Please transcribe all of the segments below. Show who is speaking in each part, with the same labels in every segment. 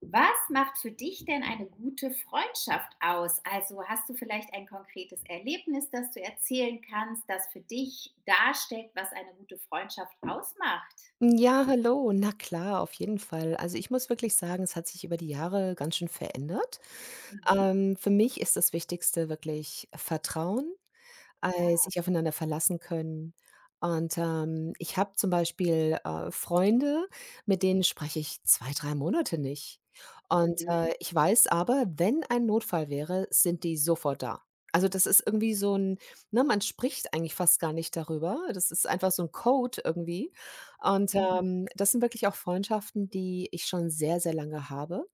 Speaker 1: Was macht für dich denn eine gute Freundschaft aus? Also, hast du vielleicht ein konkretes Erlebnis, das du erzählen kannst, das für dich darstellt, was eine gute Freundschaft ausmacht?
Speaker 2: Ja, hallo. Na klar, auf jeden Fall. Also, ich muss wirklich sagen, es hat sich über die Jahre ganz schön verändert.
Speaker 1: Mhm.
Speaker 2: Für mich ist das Wichtigste wirklich Vertrauen,
Speaker 1: Ah,
Speaker 2: sich aufeinander verlassen können. Und ich habe zum Beispiel, Freunde, mit denen spreche ich 2 3 Monate nicht. Und,
Speaker 1: mhm,
Speaker 2: äh, ich weiß aber, wenn ein Notfall wäre, sind die sofort da. Also, das ist irgendwie so ein, ne, man spricht eigentlich fast gar nicht darüber. Das ist einfach so ein Code irgendwie. Und,
Speaker 1: mhm.
Speaker 2: ähm, das sind wirklich auch Freundschaften, die ich schon sehr, sehr lange habe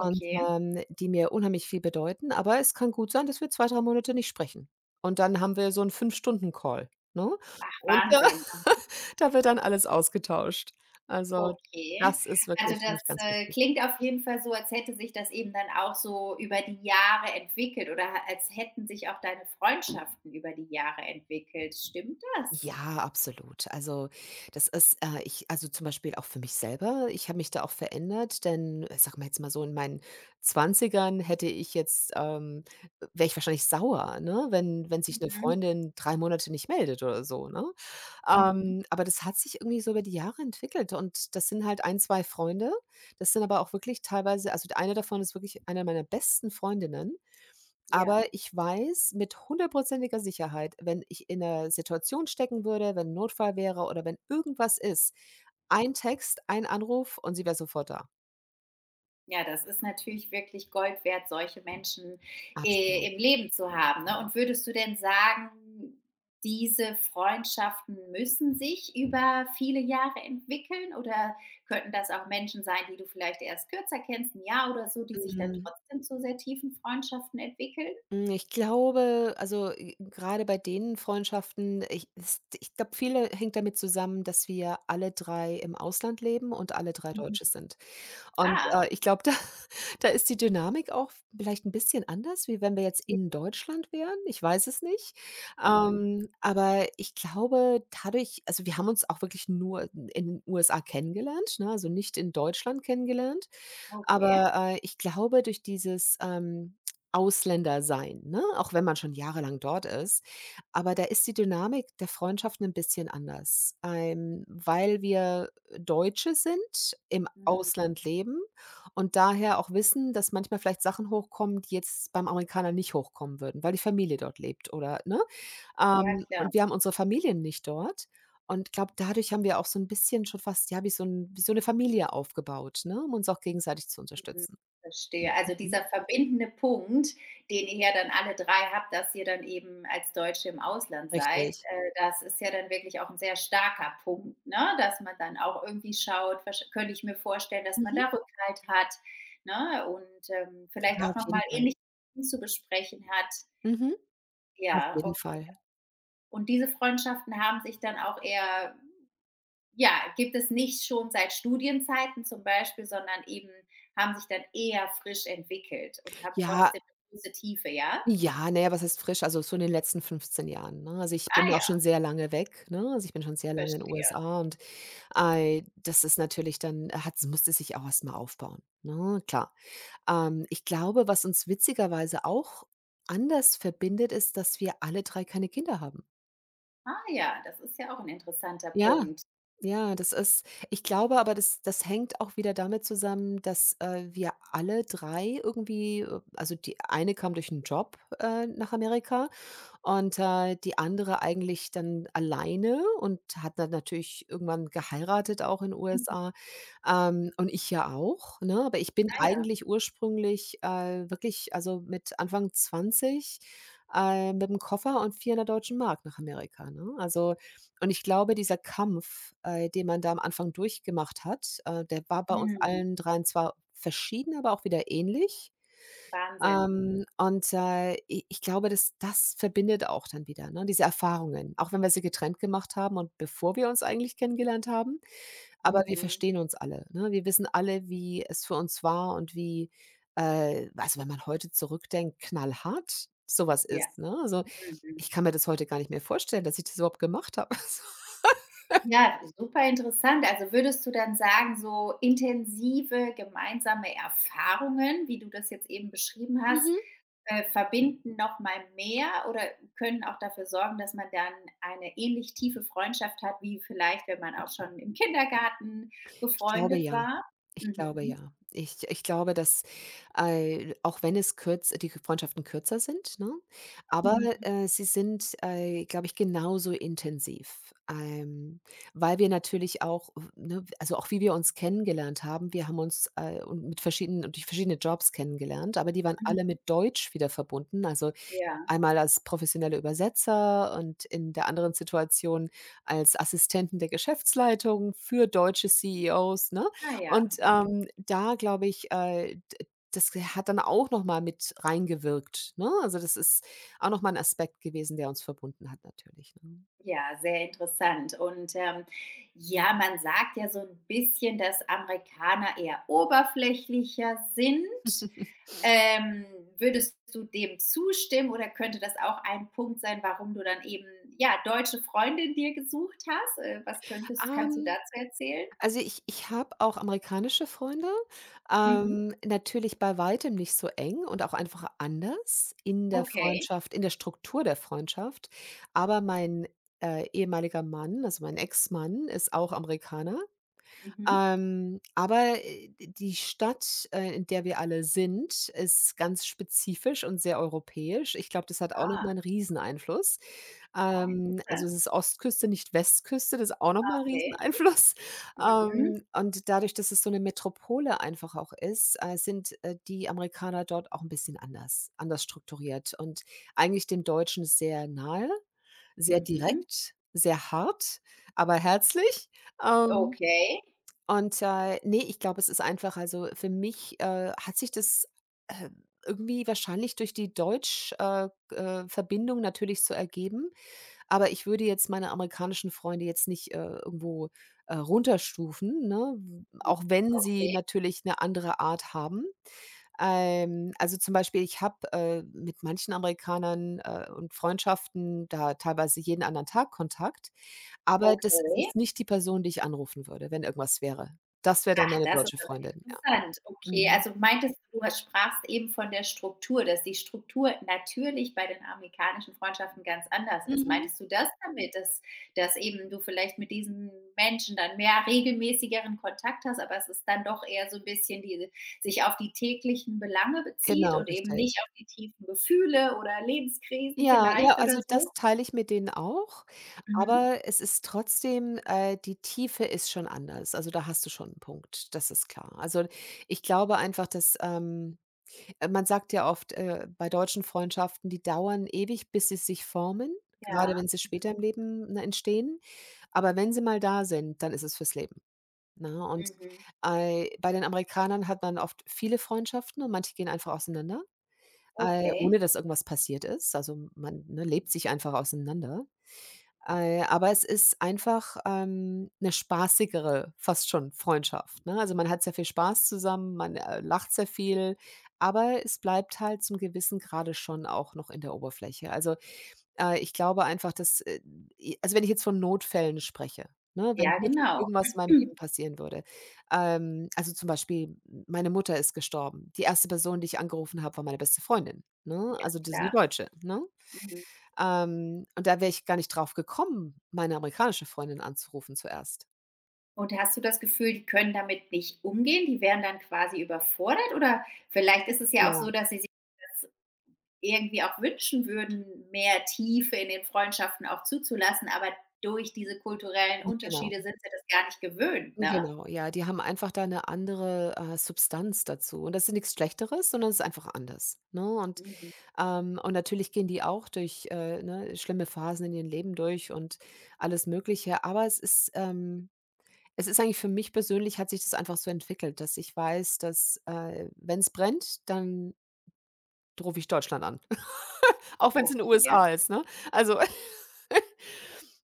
Speaker 2: und, die mir unheimlich viel bedeuten. Aber es kann gut sein, dass wir 2 3 Monate nicht sprechen. Und dann haben wir so einen 5 Stunden-Call, ne?
Speaker 1: Ach,
Speaker 2: Und da
Speaker 1: Wahnsinn. Aha,
Speaker 2: da wird dann alles ausgetauscht. Also,
Speaker 1: okay.
Speaker 2: das ist
Speaker 1: Also,
Speaker 2: wirklich für
Speaker 1: das,
Speaker 2: mich ganz wichtig.
Speaker 1: klingt auf jeden Fall so, als hätte sich das eben dann auch so über die Jahre entwickelt oder ha als hätten sich auch deine Freundschaften über die Jahre entwickelt. Stimmt das?
Speaker 2: Ja, absolut. Also, ich also, zum Beispiel auch für mich selber, ich habe mich da auch verändert, denn ich sage mal jetzt mal so, in meinen Zwanzigern hätte ich jetzt, wäre ich wahrscheinlich sauer, ne, wenn sich eine
Speaker 1: Mhm,
Speaker 2: Freundin 3 Monate nicht meldet oder so, ne?
Speaker 1: mhm,
Speaker 2: Aber das hat sich irgendwie so über die Jahre entwickelt und das sind halt 1 2 Freunde. Das sind aber auch wirklich teilweise also, eine davon ist wirklich eine meiner besten Freundinnen, aber
Speaker 1: ja.
Speaker 2: ich weiß mit 100-prozentiger Sicherheit, wenn ich in einer Situation stecken würde, wenn 'n Notfall wäre oder wenn irgendwas ist, ein Text, ein Anruf und sie wäre sofort da.
Speaker 1: Ja, das ist natürlich wirklich Gold wert, solche Menschen,
Speaker 2: Absolut.
Speaker 1: im Leben zu haben, ne? Und würdest du denn sagen, diese Freundschaften müssen sich über viele Jahre entwickeln oder könnten das auch Menschen sein, die du vielleicht erst kürzer kennst, 'n Jahr oder so, die sich dann
Speaker 2: Mhm.
Speaker 1: trotzdem zu sehr tiefen Freundschaften entwickeln?
Speaker 2: Hm, ich glaube, also, grade bei den Freundschaften, ich glaube, viele hängt damit zusammen, dass wir alle 3 im Ausland leben und alle 3
Speaker 1: Mhm.
Speaker 2: Deutsche sind. Und,
Speaker 1: Ah,
Speaker 2: äh, ich glaube, da da ist die Dynamik auch vielleicht ein bisschen anders, wie wenn wir jetzt in Deutschland wären. Ich weiß es nicht.
Speaker 1: mhm,
Speaker 2: Aber ich glaube, dadurch also, wir haben uns auch wirklich nur in den USA kennengelernt, ne, also, nicht in Deutschland kennengelernt.
Speaker 1: okay.
Speaker 2: Aber, ich glaube, durch dieses, Ausländersein, ne, auch wenn man schon jahrelang dort ist, aber da ist die Dynamik der Freundschaften ein bisschen anders, weil wir Deutsche sind, im
Speaker 1: Mhm.
Speaker 2: Ausland leben und daher auch wissen, dass manchmal vielleicht Sachen hochkommen, die jetzt beim Amerikaner nicht hochkommen würden, weil die Familie dort lebt oder ne?
Speaker 1: Ja, klar.
Speaker 2: Und wir haben unsere Familien nicht dort. Und ich glaube, dadurch haben wir auch so ein bisschen schon fast ja, wie so eine Familie aufgebaut, ne, um uns auch gegenseitig zu
Speaker 1: Hm,
Speaker 2: unterstützen.
Speaker 1: verstehe. Also
Speaker 2: Mhm.
Speaker 1: dieser verbindende Punkt, den ihr ja dann alle 3 habt, dass ihr dann eben als Deutsche im Ausland seid,
Speaker 2: Richtig.
Speaker 1: das ist ja dann wirklich auch ein sehr starker Punkt, ne, dass man dann auch irgendwie schaut, wahrsch könnte ich mir vorstellen, dass man
Speaker 2: Mhm.
Speaker 1: da Rückhalt hat, ne, und, vielleicht
Speaker 2: Ja,
Speaker 1: auch
Speaker 2: auf
Speaker 1: noch
Speaker 2: jeden
Speaker 1: mal
Speaker 2: Fall.
Speaker 1: ähnliche zu besprechen hat.
Speaker 2: Mhm. Auf
Speaker 1: Ja,
Speaker 2: jeden
Speaker 1: okay.
Speaker 2: Fall.
Speaker 1: Und diese Freundschaften haben sich dann auch eher ja, gibt es nicht schon seit Studienzeiten zum Beispiel, sondern eben haben sich dann eher frisch entwickelt und haben
Speaker 2: Ja,
Speaker 1: trotzdem 'ne große Tiefe, ja?
Speaker 2: ja, na ja, was heißt frisch? Also, so in den letzten 15 Jahren, ne? Also, ich
Speaker 1: Ah
Speaker 2: bin auch
Speaker 1: ja,
Speaker 2: schon sehr lange weg, ne? Also, ich bin schon sehr lange in
Speaker 1: verstehe.
Speaker 2: USA ei, das ist natürlich dann hat musste sich auch erst mal aufbauen, ne? Klar. Ich glaube, was uns witzigerweise auch anders verbindet, ist, dass wir alle 3 keine Kinder haben.
Speaker 1: Ah ja, das ist ja auch ein interessanter
Speaker 2: Ja,
Speaker 1: Punkt.
Speaker 2: ja, das ist ich glaube aber, das hängt auch wieder damit zusammen, dass, wir alle 3 irgendwie, also, die eine kam durch einen Job, nach Amerika. Und die andere eigentlich dann alleine und hat dann natürlich irgendwann geheiratet auch in
Speaker 1: Mhm.
Speaker 2: USA, und ich ja auch, ne? Aber ich bin
Speaker 1: Ah ja.
Speaker 2: eigentlich ursprünglich, wirklich also mit Anfang 20, mit einem Koffer und 400 Deutschen Mark nach Amerika, ne? Also und ich glaube, dieser Kampf, den man da am Anfang durchgemacht hat, der war bei uns
Speaker 1: Mhm.
Speaker 2: allen dreien zwar verschieden, aber auch wieder ähnlich.
Speaker 1: Wahnsinn. Mhm.
Speaker 2: Und, i ich glaube, dass das verbindet auch dann wieder, ne, diese Erfahrungen, auch wenn wir sie getrennt gemacht haben und bevor wir uns eigentlich kennengelernt haben, aber wir
Speaker 1: Mhm.
Speaker 2: verstehen uns alle, ne? Wir wissen alle, wie es für uns war und wie, also, wenn man heute zurückdenkt, knallhart sowas
Speaker 1: Ja.
Speaker 2: ist, ne? Also, ich
Speaker 1: Mhm.
Speaker 2: kann mir das heute gar nicht mehr vorstellen, dass ich das überhaupt gemacht habe.
Speaker 1: Ja, super interessant. Also, würdest du dann sagen, so intensive gemeinsame Erfahrungen, wie du das jetzt eben beschrieben
Speaker 2: So.
Speaker 1: hast,
Speaker 2: Mhm.
Speaker 1: verbinden noch mal mehr oder können auch dafür sorgen, dass man dann eine ähnlich tiefe Freundschaft hat, wie vielleicht, wenn man auch schon im Kindergarten
Speaker 2: Ich glaube
Speaker 1: befreundet
Speaker 2: ja.
Speaker 1: war?
Speaker 2: Ich glaube
Speaker 1: Mhm.
Speaker 2: ja. Ich glaube, dass, auch wenn es kürz die Freundschaften kürzer sind, ne, aber,
Speaker 1: Mhm.
Speaker 2: sie sind, glaube ich, genauso intensiv, weil wir natürlich auch, ne also auch wie wir uns kennengelernt haben, wir haben uns, und mit verschiedenen durch verschiedene Jobs kennengelernt, aber die waren alle
Speaker 1: Mhm.
Speaker 2: mit Deutsch wieder verbunden. Also,
Speaker 1: Ja.
Speaker 2: einmal als professionelle Übersetzer und in der anderen Situation als Assistenten der Geschäftsleitung für deutsche CEOs, ne?
Speaker 1: Ah ja.
Speaker 2: Und,
Speaker 1: Mhm.
Speaker 2: ähm, da glaube ich, d das hat dann auch noch mal mit reingewirkt, ne? Also, das ist auch noch mal 'n Aspekt gewesen, der uns verbunden hat natürlich, ne?
Speaker 1: Ja, sehr interessant. Und, ja, man sagt ja so ein bisschen, dass Amerikaner eher oberflächlicher sind. Ähm, würdest du dem zustimmen oder könnte das auch ein Punkt sein, warum du dann eben, ja, deutsche Freundin dir gesucht hast? Was könntest kannst du
Speaker 2: Ähm
Speaker 1: dazu erzählen?
Speaker 2: Also, ich habe auch amerikanische Freunde,
Speaker 1: Mhm.
Speaker 2: Mhm. Natürlich bei weitem nicht so eng und auch einfach anders in Mhm. der
Speaker 1: Okay.
Speaker 2: Freundschaft, in der Struktur der Freundschaft. Aber mein, ehemaliger Mann, also mein Ex-Mann, ist auch Amerikaner.
Speaker 1: Mhm.
Speaker 2: Aber die Stadt, in der wir alle sind, ist ganz spezifisch und sehr europäisch. Ich glaube, das hat auch noch
Speaker 1: Ah,
Speaker 2: einen Rieseneinfluss.
Speaker 1: ah,
Speaker 2: Also,
Speaker 1: interessant.
Speaker 2: es ist Ostküste, nicht Westküste, das ist auch noch mal 'n
Speaker 1: Okay.
Speaker 2: Rieseneinfluss.
Speaker 1: Mhm.
Speaker 2: Und dadurch, dass es so 'ne Metropole einfach auch ist, sind, die Amerikaner dort auch 'n bisschen anders strukturiert und eigentlich dem Deutschen sehr nahe, sehr
Speaker 1: Mhm.
Speaker 2: direkt, sehr hart, aber herzlich. Ähm,
Speaker 1: Okay.
Speaker 2: und ne, ich glaube, es ist einfach also, für mich, hat sich das, äh, irgendwie wahrscheinlich durch die Deutsch- Verbindung natürlich so ergeben. Aber ich würde jetzt meine amerikanischen Freunde jetzt nicht, irgendwo, runterstufen, ne? W
Speaker 1: Mhm.
Speaker 2: auch wenn sie
Speaker 1: Okay.
Speaker 2: natürlich 'ne andere Art haben. Also, zum Beispiel, ich habe, mit manchen Amerikanern, und Freundschaften da teilweise jeden anderen Tag Kontakt, aber das ist
Speaker 1: Okay.
Speaker 2: jetzt nicht die Person, die ich anrufen würde, wenn irgendwas wäre. Das wäre dann meine
Speaker 1: Das ist
Speaker 2: deutsche
Speaker 1: aber
Speaker 2: Freundin, ja.
Speaker 1: interessant. Okay,
Speaker 2: Mhm.
Speaker 1: also meintest du, du sprachst eben von der Struktur, dass die Struktur natürlich bei den amerikanischen Freundschaften ganz anders ist.
Speaker 2: Mhm.
Speaker 1: Meintest du das damit, dass eben du vielleicht mit diesen Menschen dann mehr regelmäßigeren Kontakt hast, aber es ist dann doch eher so ein bisschen die sich auf die täglichen Belange bezieht
Speaker 2: Genau,
Speaker 1: und eben
Speaker 2: richtig.
Speaker 1: nicht auf die tiefen Gefühle oder Lebenskrisen
Speaker 2: Ja, ja,
Speaker 1: vielleicht oder
Speaker 2: also das
Speaker 1: so?
Speaker 2: teile ich mit denen auch,
Speaker 1: Mhm.
Speaker 2: aber es ist trotzdem die Tiefe ist schon anders. Also, da hast du schon 'n Punkt, das ist klar. Also, ich glaube einfach, dass man sagt ja oft, bei deutschen Freundschaften, die dauern ewig, bis sie sich formen, gerade
Speaker 1: Ja.
Speaker 2: wenn sie später im
Speaker 1: Mhm.
Speaker 2: Leben, ne, entstehen. Aber wenn sie mal da sind, dann ist es fürs Leben, ne? Und,
Speaker 1: Mhm.
Speaker 2: äh, bei den Amerikanern hat man oft viele Freundschaften und manche gehen einfach auseinander. Ohne
Speaker 1: Okay.
Speaker 2: dass irgendwas passiert ist. Also, man, ne, lebt sich einfach auseinander. Aber es ist einfach, 'ne spaßigere, fast schon Freundschaft, ne? Also, man hat sehr viel Spaß zusammen, man, lacht sehr viel, aber es bleibt halt zum gewissen Grade schon auch noch in der Oberfläche. Also, ich glaube einfach, dass, i also, wenn ich jetzt von Notfällen spreche, ne, wenn
Speaker 1: Ja,
Speaker 2: wirklich
Speaker 1: genau.
Speaker 2: irgendwas in meinem Leben passieren würde. Also, zum Beispiel, meine Mutter ist gestorben. Die erste Person, die ich angerufen habe, war meine beste Freundin, ne? Also, das ist 'ne
Speaker 1: Klar.
Speaker 2: Deutsche, ne?
Speaker 1: Mhm.
Speaker 2: Und da wäre ich gar nicht drauf gekommen, meine amerikanische Freundin anzurufen zuerst.
Speaker 1: Und hast du das Gefühl, die können damit nicht umgehen? Die wären dann quasi überfordert? Oder vielleicht ist es ja auch
Speaker 2: Ja,
Speaker 1: so, dass sie sich das irgendwie auch wünschen würden, mehr Tiefe in den Freundschaften auch zuzulassen, aber durch diese kulturellen
Speaker 2: genau,
Speaker 1: Unterschiede sind sie das gar nicht gewöhnt, ne?
Speaker 2: genau. Ja, die haben einfach da 'ne andere, Substanz dazu. Und das ist nix Schlechteres, sondern es ist einfach anders, ne? Und
Speaker 1: Mhm.
Speaker 2: ähm, und, natürlich gehen die auch durch, ne, schlimme Phasen in ihrem Leben durch und alles Mögliche. Aber es ist eigentlich für mich persönlich hat sich das einfach so entwickelt, dass ich weiß, dass, wenn es brennt, dann rufe ich Deutschland an, auch wenn es in den
Speaker 1: Okay.
Speaker 2: USA ist, ne? Also,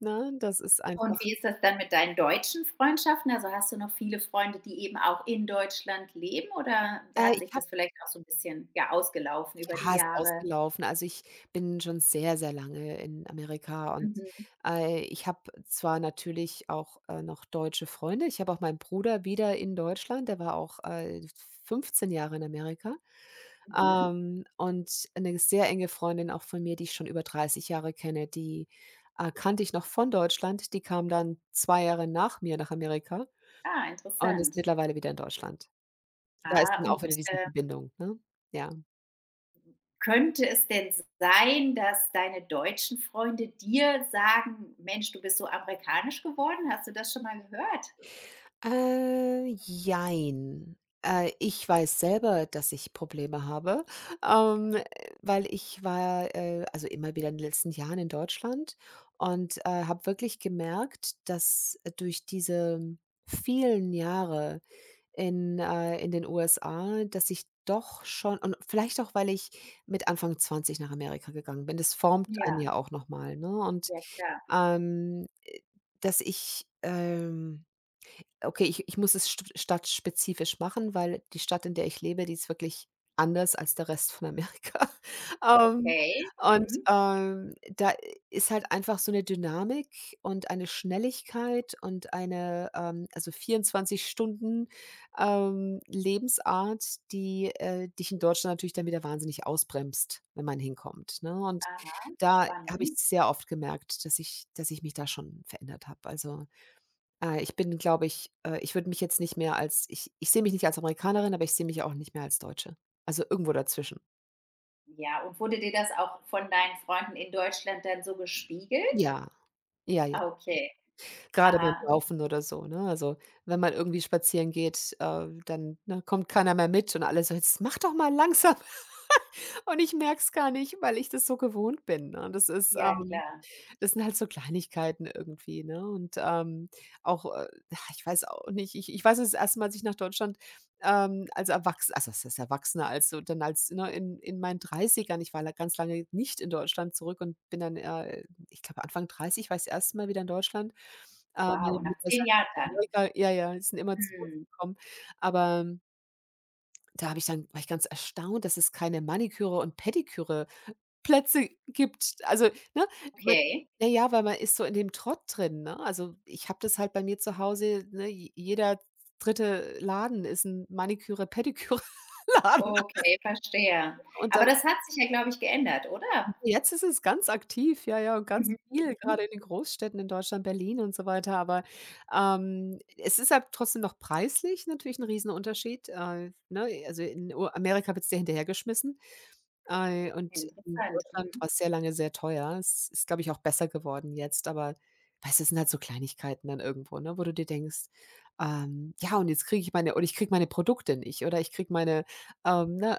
Speaker 2: ne, das ist
Speaker 1: Und
Speaker 2: einfach
Speaker 1: wie ist das dann mit deinen deutschen Freundschaften? Also, hast du noch viele Freunde, die eben auch in Deutschland leben oder hat
Speaker 2: ich
Speaker 1: sich
Speaker 2: habe
Speaker 1: das vielleicht auch so ein bisschen, ja, ausgelaufen über die
Speaker 2: Ja, ist
Speaker 1: Jahre?
Speaker 2: ausgelaufen. Also, ich bin schon sehr, sehr lange in Amerika und,
Speaker 1: Mhm,
Speaker 2: ich habe zwar natürlich auch, noch deutsche Freunde. Ich habe auch meinen Bruder wieder in Deutschland, der war auch, 15 Jahre in Amerika.
Speaker 1: mhm.
Speaker 2: Und eine sehr enge Freundin auch von mir, die ich schon über 30 Jahre kenne, die, kannte ich noch von Deutschland. Die kam dann 2 Jahre nach mir nach Amerika
Speaker 1: Ah,
Speaker 2: und ist
Speaker 1: interessant.
Speaker 2: mittlerweile wieder in Deutschland. Da ist
Speaker 1: Ah,
Speaker 2: dann auch
Speaker 1: und,
Speaker 2: wieder diese
Speaker 1: äh,
Speaker 2: Verbindung, ne? Ja.
Speaker 1: könnte es denn sein, dass deine deutschen Freunde dir sagen: „Mensch, du bist so amerikanisch geworden“? Hast du das schon mal gehört?
Speaker 2: Jein. Ich weiß selber, dass ich Probleme habe, ähm, äh, weil ich war, also immer wieder in den letzten Jahren in Deutschland und, habe wirklich gemerkt, dass durch diese vielen Jahre in den USA, dass ich doch schon und vielleicht auch, weil ich mit Anfang 20 nach Amerika gegangen bin. Das formt einen
Speaker 1: Ja,
Speaker 2: ja auch noch mal, ne? Und,
Speaker 1: ja klar.
Speaker 2: ähm, äh, dass ich, okay, ich muss es st stadtspezifisch machen, weil die Stadt, in der ich lebe, die ist wirklich anders als der Rest von Amerika. Ähm,
Speaker 1: Okay.
Speaker 2: und,
Speaker 1: Mhm.
Speaker 2: da ist halt einfach so eine Dynamik und eine Schnelligkeit und eine, also 24 Stunden, Lebensart, die, dich in Deutschland natürlich dann wieder wahnsinnig ausbremst, wenn man hinkommt, ne? Und
Speaker 1: Aha,
Speaker 2: da habe ich
Speaker 1: spannend.
Speaker 2: sehr oft gemerkt, dass ich mich da schon verändert habe. Also ich bin, glaube ich, ich würde mich jetzt nicht mehr als ich sehe mich nicht als Amerikanerin, aber ich sehe mich auch nicht mehr als Deutsche. Also, irgendwo dazwischen.
Speaker 1: Ja, und wurde dir das auch von deinen Freunden in Deutschland dann so gespiegelt?
Speaker 2: Ja, ja, ja.
Speaker 1: Ah, okay.
Speaker 2: Gerade beim
Speaker 1: Aha.
Speaker 2: Laufen oder so, ne? Also, wenn man irgendwie spazieren geht, dann, ne, kommt keiner mehr mit und alle so: „Jetzt mach doch mal langsam." Und ich merke es gar nicht, weil ich das so gewohnt bin, ne?
Speaker 1: Ja, klar.
Speaker 2: Das sind halt so Kleinigkeiten irgendwie, ne? Und, auch, ja, ich weiß auch nicht, ich weiß das erste Mal, als ich nach Deutschland, als Erwachsener, also was heißt Erwachsener, als so dann als, ne, in meinen Dreißigern. Ich war la ganz lange nicht in Deutschland zurück und bin dann, ich glaube Anfang 30, war ich das erste Mal wieder in Deutschland. Meine
Speaker 1: Wow,
Speaker 2: Mutter
Speaker 1: nach
Speaker 2: ist
Speaker 1: 10
Speaker 2: halt
Speaker 1: Jahren
Speaker 2: in
Speaker 1: dann.
Speaker 2: Amerika, ja, ja, die sind immer zu uns
Speaker 1: Mhm.
Speaker 2: gekommen. Aber da habe ich dann war ich ganz erstaunt, dass es keine Maniküre und Pediküre Plätze gibt. Also, ne, man
Speaker 1: Okay.
Speaker 2: na ja, weil man ist so in dem Trott drin, ne? Also, ich habe das halt bei mir zu Hause, ne, j jeder dritte Laden ist 'n Maniküre-Pediküre-Laden
Speaker 1: Okay, verstehe.
Speaker 2: und da.
Speaker 1: Aber das hat sich ja, glaube ich, geändert,
Speaker 2: Okay,
Speaker 1: oder?
Speaker 2: jetzt ist es ganz aktiv, ja, ja, und ganz
Speaker 1: Mhm.
Speaker 2: viel,
Speaker 1: Mhm.
Speaker 2: gerade in den Großstädten in Deutschland, Berlin und so weiter, aber, es ist halt trotzdem noch preislich natürlich ein Riesenunterschied, ne? Also, in U Amerika wird's dir hinterhergeschmissen, und in
Speaker 1: Interessant,
Speaker 2: Deutschland
Speaker 1: mhm.
Speaker 2: war es sehr lange sehr teuer. Es ist, glaube ich, auch besser geworden jetzt, aber weißt du, das sind halt so Kleinigkeiten dann irgendwo, ne, wo du dir denkst, „Ja, und jetzt kriege ich meine oder ich kriege meine Produkte nicht oder ich kriege meine, ne,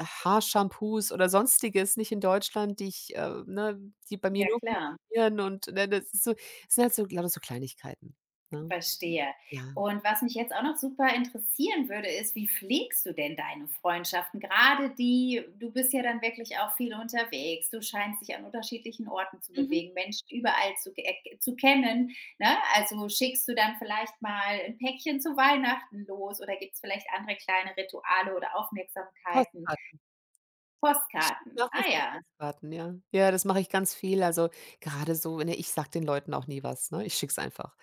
Speaker 2: Haarshampoos oder Sonstiges nicht in Deutschland, die ich, ne, die bei mir
Speaker 1: Ja
Speaker 2: nur
Speaker 1: klar,
Speaker 2: funktionieren und, ne, das ist so, es sind halt so lauter so Kleinigkeiten, ne?
Speaker 1: verstehe.
Speaker 2: Ja.
Speaker 1: Und was mich jetzt auch noch super interessieren würde, ist, wie pflegst du denn deine Freundschaften? Gerade die du bist ja dann wirklich auch viel unterwegs, du scheinst dich an unterschiedlichen Orten zu
Speaker 2: Mhm.
Speaker 1: bewegen, Menschen überall zu ge zu kennen, ne? Also, schickst du dann vielleicht mal ein Päckchen zu Weihnachten los oder gibt es vielleicht andere kleine Rituale oder Aufmerksamkeiten?
Speaker 2: Postkarten. Ich schicke
Speaker 1: Postkarten.
Speaker 2: nach wie
Speaker 1: Ah
Speaker 2: vor
Speaker 1: ja,
Speaker 2: Postkarten, ja. Ja, das mache ich ganz viel. Also, gerade so, ne, ich sage den Leuten auch nie was, ne? Ich schicke es einfach.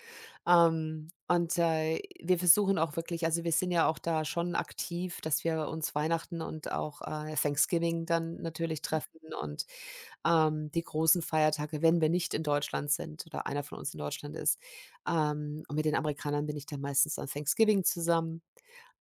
Speaker 2: Und, wir versuchen auch wirklich, also, wir sind ja auch da schon aktiv, dass wir uns Weihnachten und auch, Thanksgiving dann natürlich treffen und die großen Feiertage, wenn wir nicht in Deutschland sind oder einer von uns in Deutschland ist. Und mit den Amerikanern bin ich dann meistens an Thanksgiving zusammen.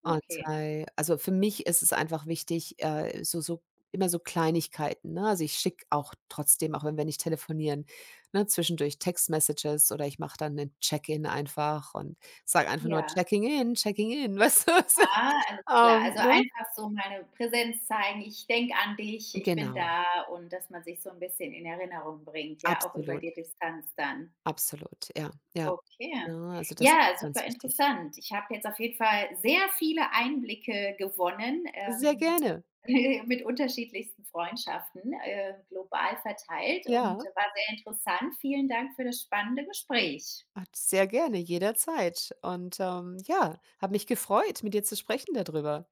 Speaker 2: Und,
Speaker 1: okay.
Speaker 2: also für mich ist es einfach wichtig, so immer so Kleinigkeiten, ne? Also, ich schicke auch trotzdem, auch wenn wir nicht telefonieren, ne, zwischendurch Text-Messages oder ich mache dann einen Check-in einfach und sage einfach nur:
Speaker 1: Ja.
Speaker 2: „Checking in, checking in", weißt du? Was?
Speaker 1: Ah, alles klar.
Speaker 2: Ähm,
Speaker 1: Also,
Speaker 2: ne?
Speaker 1: einfach so meine Präsenz zeigen: „Ich denke an dich, ich bin
Speaker 2: Genau,
Speaker 1: da“ und dass man sich so ein bisschen in Erinnerung bringt, ja, auch über
Speaker 2: absolut,
Speaker 1: die Distanz dann.
Speaker 2: absolut, ja, ja.
Speaker 1: Okay.
Speaker 2: Ne, also das ist
Speaker 1: Ja, super
Speaker 2: ganz wichtig.
Speaker 1: interessant. Ich habe jetzt auf jeden Fall sehr viele Einblicke gewonnen,
Speaker 2: Sehr gerne.
Speaker 1: mit unterschiedlichsten Freundschaften, global verteilt und
Speaker 2: Ja,
Speaker 1: war sehr interessant. Vielen Dank für das spannende Gespräch.
Speaker 2: ah, sehr gerne, jederzeit. Und, ja, habe mich gefreut, mit dir zu sprechen darüber